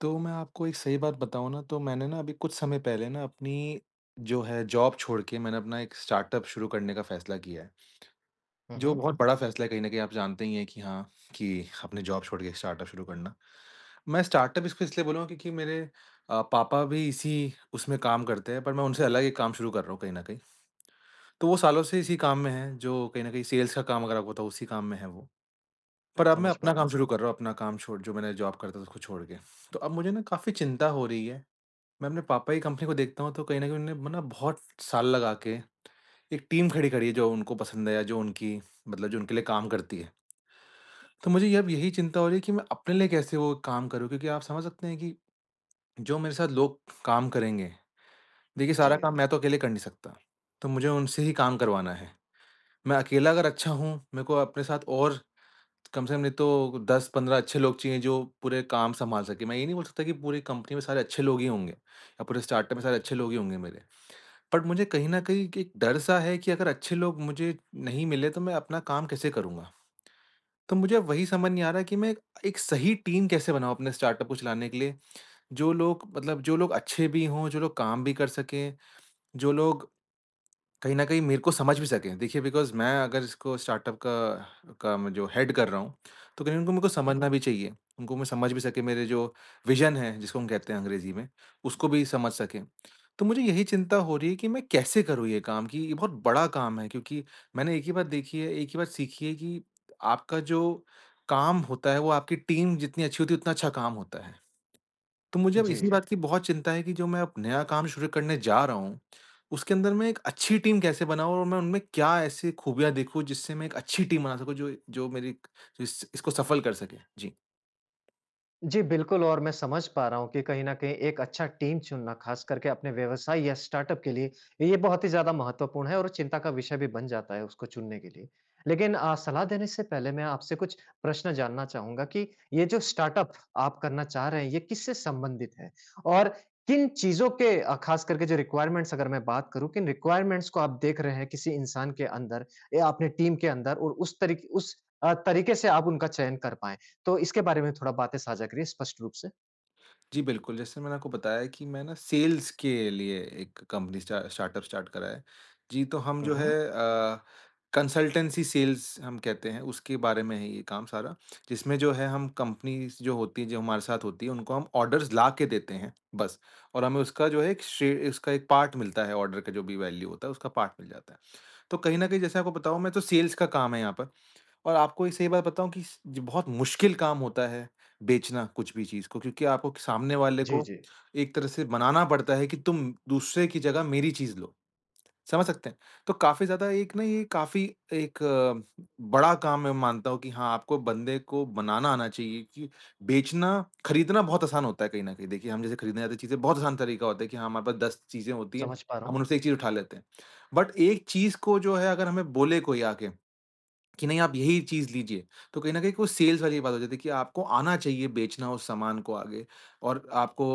तो मैं आपको एक सही बात बताऊँ ना, तो मैंने ना अभी कुछ समय पहले ना अपनी जो है जॉब छोड़ के मैंने अपना एक स्टार्टअप शुरू करने का फ़ैसला किया है। हुँ, जो हुँ। बहुत बड़ा फ़ैसला है कहीं न कहीं, आप जानते ही हैं कि हाँ, कि अपने जॉब छोड़ के स्टार्टअप शुरू करना। मैं स्टार्टअप इसको इसलिए बोलूँगा क्योंकि मेरे पापा भी इसी उसमें काम करते हैं, पर मैं उनसे अलग एक काम शुरू कर रहा हूँ कहीं न कहीं। तो वो सालों से इसी काम में हैं, जो कहीं न कहीं सेल्स का काम, अगर आपको बताऊँ, उसी काम में हैं वो। पर अब मैं समझ पा अपना रहा काम हूँ। शुरू कर रहा हूँ, अपना काम छोड़, जो मैंने जॉब करता था उसको छोड़ के। तो अब मुझे ना काफ़ी चिंता हो रही है। मैं अपने पापा की कंपनी को देखता हूँ तो कहीं न कहीं उन्होंने ना बहुत साल लगा के एक टीम खड़ी करी है, जो उनको पसंद है या जो उनकी, मतलब जो उनके लिए काम करती है। तो मुझे ये अब यही चिंता हो रही है कि मैं अपने लिए कैसे वो काम करूँ? क्योंकि आप समझ सकते हैं कि जो मेरे साथ लोग काम करेंगे, देखिए, सारा जी। काम मैं तो अकेले कर नहीं सकता। तो मुझे उनसे ही काम करवाना है। मैं अकेला अगर अच्छा हूँ, मेरे को अपने साथ और कम से कम नहीं तो 10-15 अच्छे लोग चाहिए, जो पूरे काम सँभाल सकें। मैं ये नहीं बोल सकता कि पूरी कंपनी में सारे अच्छे लोग ही होंगे या पूरे स्टार्टअप में सारे अच्छे लोग ही होंगे मेरे। बट मुझे कहीं न कहीं कि एक डर-सा है कि अगर अच्छे लोग मुझे नहीं मिले तो मैं अपना काम कैसे करूँगा? तो मुझे वही समझ नहीं आ रहा कि मैं एक सही टीम कैसे बनाऊँ अपने स्टार्टअप को चलाने के लिए? जो लोग, मतलब जो लोग अच्छे भी हों, जो लोग काम भी कर सकें, जो लोग कहीं न कहीं मेरे को समझ भी सकें। देखिए, बिकॉज़ मैं अगर इसको स्टार्टअप का मैं जो हेड कर रहा हूँ, तो कहीं उनको मेरे को हुँ, समझना भी चाहिए। उनको मैं समझ भी सके, मेरे जो विज़न है, जिसको हम कहते हैं अंग्रेज़ी में, उसको भी समझ सकें। तो मुझे यही चिंता हो रही है कि मैं कैसे करूँ ये काम, कि ये बहुत बड़ा काम है क्योंकि मैंने एक ही बात देखी है, एक ही बात सीखी है कि आपका जो काम होता है, वो आपकी टीम जितनी अच्छी होती है, उतना अच्छा काम होता है। तो मुझे अब जी, इसी जी। बात की बहुत चिंता है कि जो मैं अब नया काम शुरू करने जा रहा हूँ, उसके अंदर मैं एक अच्छी टीम कैसे बनाऊँ और मैं उनमें क्या ऐसी खूबियाँ देखूँ जिससे मैं एक अच्छी टीम बना सकूँ जो जो मेरी जो इस इसको सफल कर सके? जी। जी, बिल्कुल, और मैं समझ पा रहा हूँ कि कहीं न कहीं एक अच्छा टीम चुनना, ख़ास करके अपने व्यवसाय या स्टार्टअप के लिए, ये बहुत ही ज़्यादा महत्वपूर्ण है, और चिंता का विषय भी बन जाता है उसको चुनने के लिए। लेकिन सलाह देने से पहले मैं आपसे कुछ प्रश्न जानना चाहूँगा कि ये जो स्टार्टअप आप करना चाह रहे हैं, ये किससे संबंधित है? और किन चीज़ों के, ख़ास करके जो रिक्वायरमेंट्स, अगर मैं बात करूँ, किन रिक्वायरमेंट्स को आप देख रहे हैं किसी इंसान के अंदर या अपने टीम के अंदर, और उस तरीक़े उस अ, तरीक़े से आप उनका चयन कर पाएँ? तो इसके बारे में थोड़ा बातें साझा करिए, स्पष्ट रूप से। जी, बिल्कुल, जैसे मैंने आपको बताया कि मैं ना सेल्स के लिए एक कंपनी स्टार्टअप स्टार्ट करा है। जी, तो हम हुँ, जो है हुँ। कंसल्टेंसी सेल्स हम कहते हैं, उसके बारे में है ये काम सारा, जिसमें जो है हम कंपनीज़ जो होती हैं, जो हमारे साथ होती हैं, उनको हम ऑर्डर्स ला के देते हैं, बस। और हमें उसका जो है एक शे उसका एक पार्ट मिलता है, ऑर्डर का जो भी वैल्यू होता है, उसका पार्ट मिल जाता है। तो कहीं न कहीं, जैसे आपको बताऊँ, मैं तो सेल्स का काम है यहाँ पर। और आपको एक सही बात बताऊँ कि स ज बहुत मुश्किल काम होता है बेचना कुछ भी चीज़ को, क्योंकि आपको सामने वाले जी, को जी। एक तरह से मनाना पड़ता है कि तुम दूसरे की जगह मेरी चीज़ लो। समझ सकते हैं? तो काफ़ी ज़्यादा एक ना, ये काफ़ी एक बड़ा काम मैं मानता हूँ कि हाँ, आपको बंदे को बनाना आना चाहिए, कि बेचना खरीदना बहुत आसान होता है कहीं न कहीं। देखिए, हम जैसे खरीदने जाते हैं चीज़ें, बहुत आसान तरीका होता है कि हाँ, हमारे पास 10 चीज़ें होती हैं, समझ पा रहा हम हूँ। उनमें से 1 चीज़ उठा लेते हैं। बट एक चीज़ को जो है, अगर हमें बोले कोई आके कि नहीं आप यही चीज़ लीजिए, तो कहीं न कहीं वो सेल्स वाली बात हो जाती है कि आपको आना चाहिए बेचना उस सामान को आगे और आपको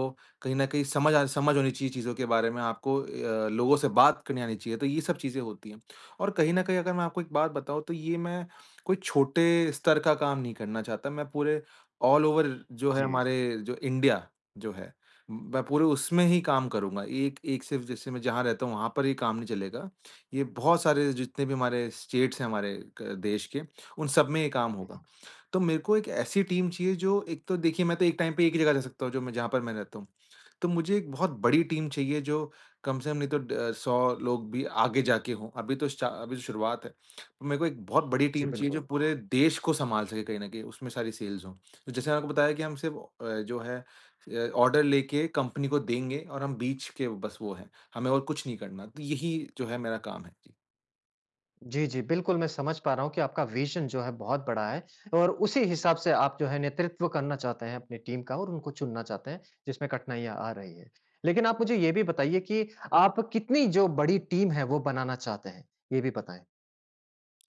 कहीं न कहीं समझ होनी चाहिए चीज़ों के बारे में, आपको लोगों से बात करनी आनी चाहिए, तो ये सब चीज़ें होती हैं। और कहीं न कहीं, अगर मैं आपको एक बात बताऊँ, तो ये मैं कोई छोटे स्तर का काम नहीं करना चाहता, मैं पूरे ऑल ओवर जो है जी। हमारे जो इंडिया जो है, मैं पूरे उसमें ही काम करूँगा। एक एक सिर्फ़ जैसे मैं जहाँ रहता हूँ वहाँ पर ये काम नहीं चलेगा। ये बहुत सारे जितने भी हमारे स्टेट्स हैं हमारे क देश के, उन सब में ये काम होगा। तो मेरे को एक ऐसी टीम चाहिए जो एक तो, देखिए, मैं तो एक टाइम पे एक ही जगह रह सकता हूँ, जो मैं जहाँ पर मैं रहता हूँ। तो मुझे एक बहुत बड़ी टीम चाहिए जो कम से कम नहीं तो ड 100 लोग भी आगे जाके हों। अभी तो शुरुआत है। तो मेरे को एक बहुत बड़ी जी, टीम चाहिए जो बिल्कुल। पूरे देश को सँभाल सके कहीं न कहीं, उसमें सारी सेल्स हों। तो जैसे मैंने आपको बताया कि हम सिर्फ़ जो है ऑर्डर लेके कंपनी को देंगे और हम बीच के बस वो हैं, हमें और कुछ नहीं करना। तो यही जो है मेरा काम है। जी। जी, जी, बिल्कुल, मैं समझ पा रहा हूँ कि आपका विज़न जो है बहुत बड़ा है, और उसी हिसाब से आप जो है नेतृत्व करना चाहते हैं अपनी टीम का और उनको चुनना चाहते हैं, जिसमें कठिनाइयाँ आ रही हैं। लेकिन आप मुझे ये भी बताइए कि आप कितनी जो बड़ी टीम है वो बनाना चाहते हैं? ये भी बताएं।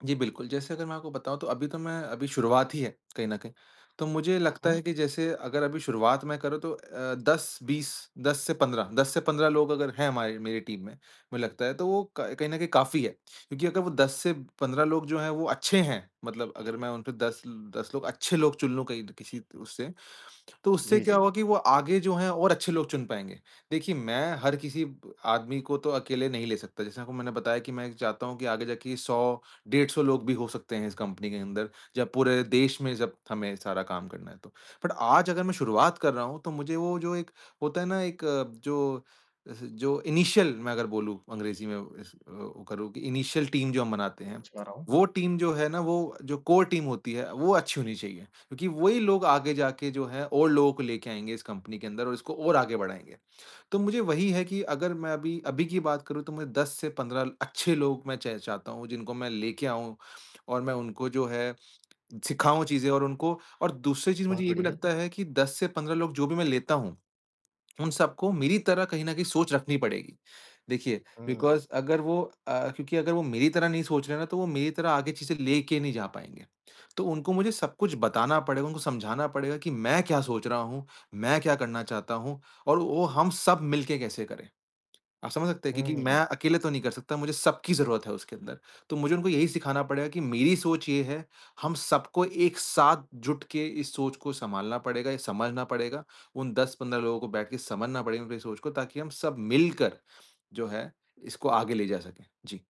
जी, बिल्कुल। जैसे अगर मैं आपको बताऊँ तो अभी तो मैं अभी शुरुआत ही है कहीं न कहीं। तो मुझे हुँ, लगता हुँ। है कि जैसे अगर अभी शुरुआत मैं करूँ तो 10-20 10 से 15 लोग अगर हैं हमारी मेरी टीम में, मुझे लगता है तो वो क कहीं न कहीं काफ़ी है। क्योंकि अगर वो 10 से 15 लोग जो हैं वो अच्छे हैं, मतलब अगर मैं उन पे 10 लोग अच्छे लोग चुन लूँ कहीं किसी उससे, तो उससे जी, क्या जी। होगा कि वो आगे जो हैं और अच्छे लोग चुन पाएँगे। देखिए, मैं हर किसी ब आदमी को तो अकेले नहीं ले सकता। जैसे आपको मैंने बताया कि मैं चाहता हूँ कि आगे जाके 100 डेढ़ 100 लोग भी हो सकते हैं इस कंपनी के अंदर, जब पूरे देश में जब हमें सारा काम करना है तो। बट आज अगर मैं शुरुआत कर रहा हूँ तो मुझे वो जो एक होता है ना, एक जो स जो इनिशियल मैं अगर बोलूँ अंग्रेज़ी में, इस वो करूँ कि इनिशियल टीम जो हम बनाते हैं, समझ पा रहा हूँ। वो टीम जो है ना, वो जो कोर टीम होती है, वो अच्छी होनी चाहिए। क्योंकि वही लोग आगे जाके जो है और लोगों को लेके आएँगे इस कंपनी के अंदर और इसको और आगे बढ़ाएँगे। तो मुझे वही है कि अगर मैं अभी अभी की बात करूँ तो मुझे 10 से 15 अच्छे लोग मैं च चाहता हूँ जिनको मैं लेके आऊँ और मैं उनको जो है सिखाऊँ चीज़ें, और उनको, और दूसरी चीज़, मुझे बहुत ये भी बढ़िया। लगता है कि 10 से 15 लोग जो भी मैं लेता हूँ उन सबको मेरी तरह कहीं न कहीं सोच रखनी पड़ेगी। देखिए, हुँ, बिकॉज़ अगर वो अ, क्योंकि अगर वो मेरी तरह नहीं सोच रहे हैं ना, तो वो मेरी तरह आगे चीज़ें लेके नहीं जा पाएँगे। तो उनको मुझे सब कुछ बताना पड़ेगा, उनको समझाना पड़ेगा कि मैं क्या सोच रहा हूँ, मैं क्या करना चाहता हूँ और वो हम सब मिलके कैसे करें। आप समझ सकते हैं क्योंकि मैं हुँ। अकेले तो नहीं कर सकता, मुझे सबकी ज़रूरत है उसके अंदर। तो मुझे उनको यही सिखाना पड़ेगा कि मेरी सोच ये है, हम सबको एक साथ जुट के इस सोच को सँभालना पड़ेगा, ये समझना पड़ेगा। उन 10-15 लोगों को बैठ के समझना पड़ेगा उनकी सोच को, ताकि हम सब मिलकर जो है, इसको आगे ले जा सकें। जी।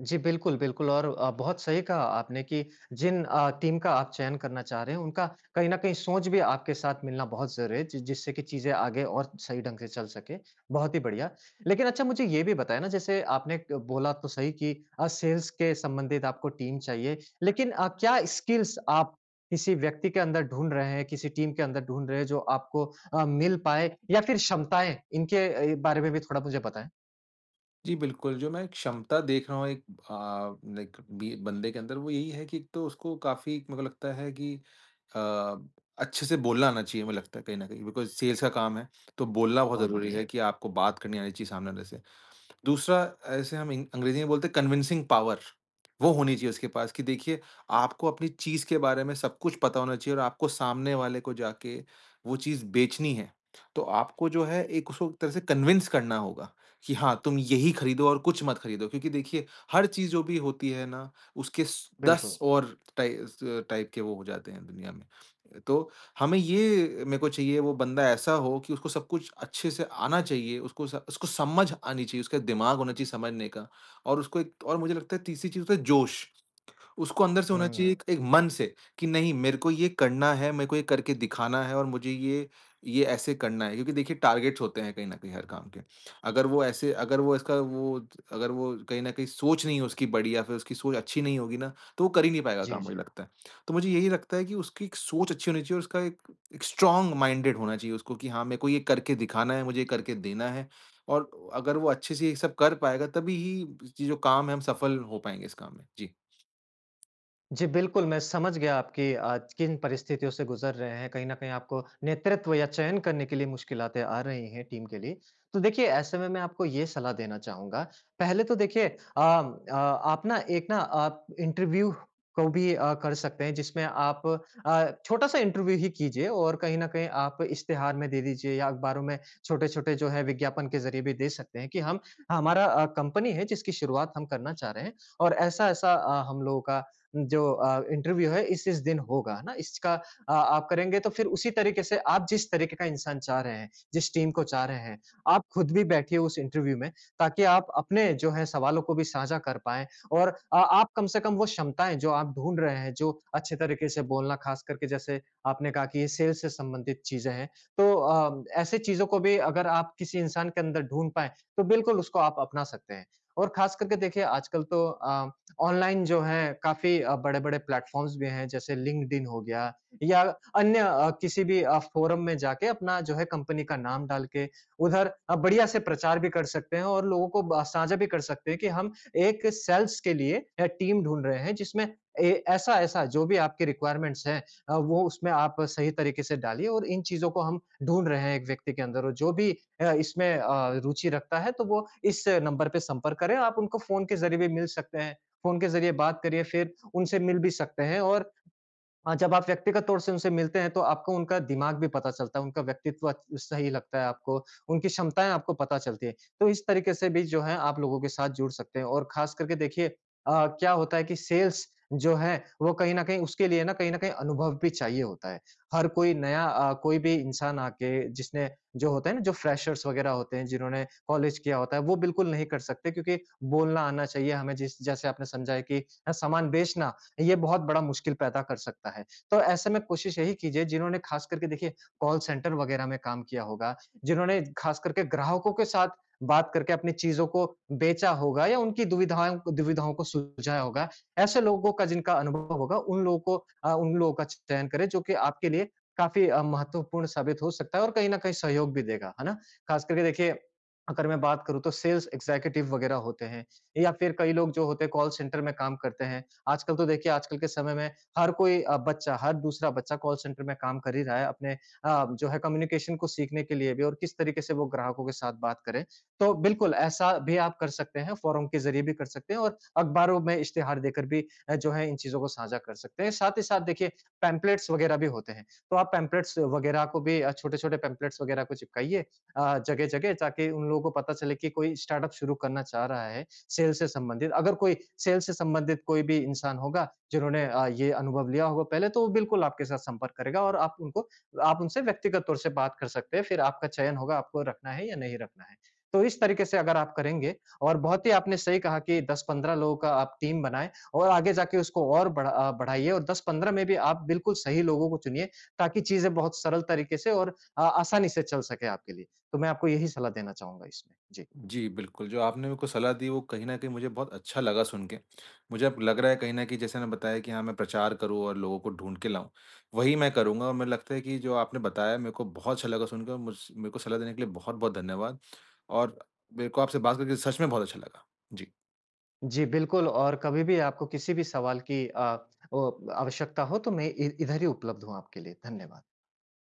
जी, बिल्कुल, बिल्कुल, और बहुत सही कहा आपने कि जिन टीम का आप चयन करना चाह रहे हैं, उनका कहीं न कहीं सोच भी आपके साथ मिलना बहुत ज़रूरी है, जि जिससे कि चीज़ें आगे और सही ढंग से चल सके। बहुत ही बढ़िया। लेकिन अच्छा मुझे ये भी बताएँ ना, जैसे आपने क बोला तो सही कि, सेल्स के संबंधित आपको टीम चाहिए, लेकिन क्या स्किल्स आप किसी व्यक्ति के अंदर ढूँढ रहे हैं, किसी टीम के अंदर ढूँढ रहे हैं, जो आपको मिल पाएँ, या फिर क्षमताएँ, इनके बारे में भी थोड़ा मुझे बताएँ? जी, बिल्कुल, जो मैं क्षमता देख रहा हूँ एक अ, लाइक बी बंदे के अंदर वो यही है कि एक तो उसको काफ़ी मेरे को लगता है कि अ, अच्छे से बोलना आना चाहिए, मुझे लगता है कहीं न कहीं, बिकॉज़ सेल्स का काम है, तो बोलना बहुत बहुत ज़रूरी बढ़िया। है कि आपको बात करनी आनी चाहिए सामने वाले से। दूसरा, ऐसे हम अंग्रेजी में बोलते हैं कन्विंसिंग पावर, वो होनी चाहिए उसके पास कि देखिए, आपको अपनी चीज़ के बारे में सब कुछ पता होना चाहिए और आपको सामने वाले को जाके वो चीज़ बेचनी है, तो आपको जो है एक उसको एक तरह से कन्विंस करना होगा कि हाँ, तुम यही खरीदो और कुछ मत खरीदो, क्योंकि देखिए, हर चीज़ जो भी होती है ना, उसके बिल्कुल। दस और टाइप टाइप के वो हो जाते हैं दुनिया में। तो हमें ये, मेरे को चाहिए वो बंदा ऐसा हो कि उसको सब कुछ अच्छे से आना चाहिए, उसको समझ आनी चाहिए, उसका दिमाग होना चाहिए समझने का, और उसको एक और मुझे लगता है तीसरी चीज़ होता है जोश। उसको अंदर से होना चाहिए हुँ। एक एक मन से कि नहीं मेरे को ये करना है, मेरे को ये करके दिखाना है और मुझे ये ऐसे करना है। क्योंकि देखिए, टारगेट्स होते हैं कहीं न कहीं हर काम के। अगर वो ऐसे अगर वो इसका वो अगर वो कहीं न कहीं सोच नहीं है उसकी बड़ी या फिर उसकी सोच अच्छी नहीं होगी ना, तो वो कर ही नहीं पाएगा जी, काम, जी। मुझे लगता है। तो मुझे यही लगता है कि उसकी एक सोच अच्छी होनी चाहिए और उसका एक एक स्ट्रॉन्ग माइंडेड होना चाहिए उसको कि हाँ, मेरे को ये करके दिखाना है, मुझे ये करके देना है। और अगर वो अच्छे से ये सब कर पाएगा तभी ही ये जो काम है हम सफल हो पाएँगे इस काम में। जी। जी, बिल्कुल, मैं समझ गया आपकी, आज किन परिस्थितियों से गुज़र रहे हैं। कहीं न कहीं आपको नेतृत्व या चयन करने के लिए मुश्किलातें आ रही हैं टीम के लिए। तो देखिए, ऐसे में मैं आपको ये सलाह देना चाहूँगा। पहले तो देखिए, आप ना एक ना आप इंटरव्यू को भी कर सकते हैं, जिसमें आप छोटा-सा इंटरव्यू ही कीजिए, और कहीं न कहीं आप इश्तिहार में दे दीजिए या अखबारों में छोटे-छोटे जो है विज्ञापन के ज़रिए भी दे सकते हैं कि हम हमारा कंपनी है जिसकी शुरुआत हम करना चाह रहे हैं, और ऐसा-ऐसा हम लोगों का जो इंटरव्यू है इस दिन होगा, है ना? इसका आप करेंगे, तो फिर उसी तरीके से आप जिस तरीके का इंसान चाह रहे हैं, जिस टीम को चाह रहे हैं, आप खुद भी बैठिए उस इंटरव्यू में, ताकि आप अपने जो है सवालों को भी साझा कर पाएँ, और आप कम से कम वो क्षमताएँ जो आप ढूँढ रहे हैं, जो अच्छे तरीके से बोलना, खास करके जैसे आपने कहा कि ये सेल्स से संबंधित चीज़ें हैं, तो ऐसे चीज़ों को भी अगर आप किसी इंसान के अंदर ढूँढ पाएँ, तो बिल्कुल उसको आप अपना सकते हैं। और खास करके देखिए, आजकल तो ऑनलाइन जो है काफ़ी बड़े-बड़े प्लेटफ़ॉर्म्स भी हैं, जैसे लिंक्डइन हो गया, या अन्य किसी भी फ़ोरम में जाके अपना जो है कंपनी का नाम डाल के उधर बढ़िया से प्रचार भी कर सकते हैं, और लोगों को ब साझा भी कर सकते हैं कि हम एक सेल्स के लिए टीम ढूँढ रहे हैं, जिसमें ए ऐसा-ऐसा जो भी आपकी रिक्वायरमेंट्स हैं, वो उसमें आप सही तरीके से डालिए, और इन चीज़ों को हम ढूँढ रहे हैं एक व्यक्ति के अंदर, और जो भी इसमें रुचि रखता है, तो वो इस नंबर पे संपर्क करें। आप उनको फ़ोन के ज़रिए भी मिल सकते हैं। फ़ोन के ज़रिए बात करिए, फिर उनसे मिल भी सकते हैं, और हाँ, जब आप व्यक्तिगत तौर से उनसे मिलते हैं, तो आपको उनका दिमाग भी पता चलता है, उनका व्यक्तित्व सही लगता है आपको, उनकी क्षमताएँ आपको पता चलती हैं। तो इस तरीके से भी जो है आप लोगों के साथ जुड़ सकते हैं, और ख़ास करके देखिए, क्या होता है कि सेल्स जो है वो कहीं न कहीं उसके लिए ना, कहीं न कहीं अनुभव भी चाहिए होता है। हर कोई नया, कोई भी इंसान आके, जिसने, जो होता है ना, जो फ्रेशर्स वग़ैरह होते हैं, जिन्होंने कॉलेज किया होता है, वो बिल्कुल नहीं कर सकते, क्योंकि बोलना आना चाहिए हमें, जिस जैसे आपने समझाया कि, सामान बेचना, ये बहुत बड़ा मुश्किल पैदा कर सकता है। तो ऐसे में कोशिश यही कीजिए, जिन्होंने ख़ास करके देखिए कॉल सेंटर वग़ैरह में काम किया होगा, जिन्होंने ख़ास करके ग्राहकों के साथ बात करके अपनी चीज़ों को बेचा होगा, या उनकी दुविधाएँ दुविधाओं को सुलझाया होगा, ऐसे लोगों का, जिनका अनुभव होगा उन लोगों का चयन करें, जो कि आपके लिए काफ़ी महत्वपूर्ण साबित हो सकता है, और कहीं न कहीं सहयोग भी देगा, है ना? ख़ास करके देखिए, अगर मैं बात करूँ तो सेल्स एग्ज़ीक्यूटिव वग़ैरह होते हैं, या फिर कई लोग जो होते हैं कॉल सेंटर में काम करते हैं, आजकल तो देखिए, आजकल के समय में हर दूसरा बच्चा कॉल सेंटर में काम कर ही रहा है, अपने जो है कम्युनिकेशन को सीखने के लिए भी, और किस तरीके से वो ग्राहकों के साथ बात करें। तो बिल्कुल ऐसा भी आप कर सकते हैं, फोरम के ज़रिए भी कर सकते हैं, और अखबारों में इश्तिहार देकर भी जो है इन चीज़ों को साझा कर सकते हैं। साथ ही साथ देखिए, पैम्पलेट्स वगैरह भी होते हैं, तो आप पैम्पलेट्स वगैरह को भी, छोटे-छोटे पैम्पलेट्स वगैरह को चिपकाइए जगह-जगह, ताकि उन लोगों को पता चले कि कोई स्टार्टअप शुरू करना चाह रहा है सेल से संबंधित। अगर कोई सेल से संबंधित कोई भी इंसान होगा जिन्होंने ये अनुभव लिया होगा पहले, तो वो बिल्कुल आपके साथ संपर्क करेगा, और आप उनसे व्यक्तिगत तौर से बात कर सकते हैं, फिर आपका चयन होगा आपको रखना है या नहीं रखना है। तो इस तरीके से अगर आप करेंगे, और बहुत ही आपने सही कहा कि 10-15 लोगों का आप टीम बनाएँ, और आगे जाके उसको और बढ़ाइए, और 10-15 में भी आप बिल्कुल सही लोगों को चुनिए, ताकि चीज़ें बहुत सरल तरीके से और आसानी से चल सके आपके लिए। तो मैं आपको यही सलाह देना चाहूँगा इसमें। जी। जी, बिल्कुल, जो आपने मेरे को सलाह दी वो कहीं न कहीं मुझे बहुत अच्छा लगा सुन के। मुझे अब लग रहा है कहीं न कहीं जैसे आपने बताया कि हाँ, मैं प्रचार करूँ और लोगों को ढूँढ के लाऊँ, वही मैं करूँगा और मुझे लगता है कि जो आपने बताया मेरे को बहुत अच्छा लगा सुनकर, मुझ मेरे को सलाह देने के लिए बहुत-बहुत धन्यवाद और मेरे को आपसे बात करके सच में बहुत अच्छा लगा। जी। जी, बिल्कुल, और कभी भी आपको किसी भी सवाल की ओ आवश्यकता हो, तो मैं इ इधर ही उपलब्ध हूँ आपके लिए। धन्यवाद।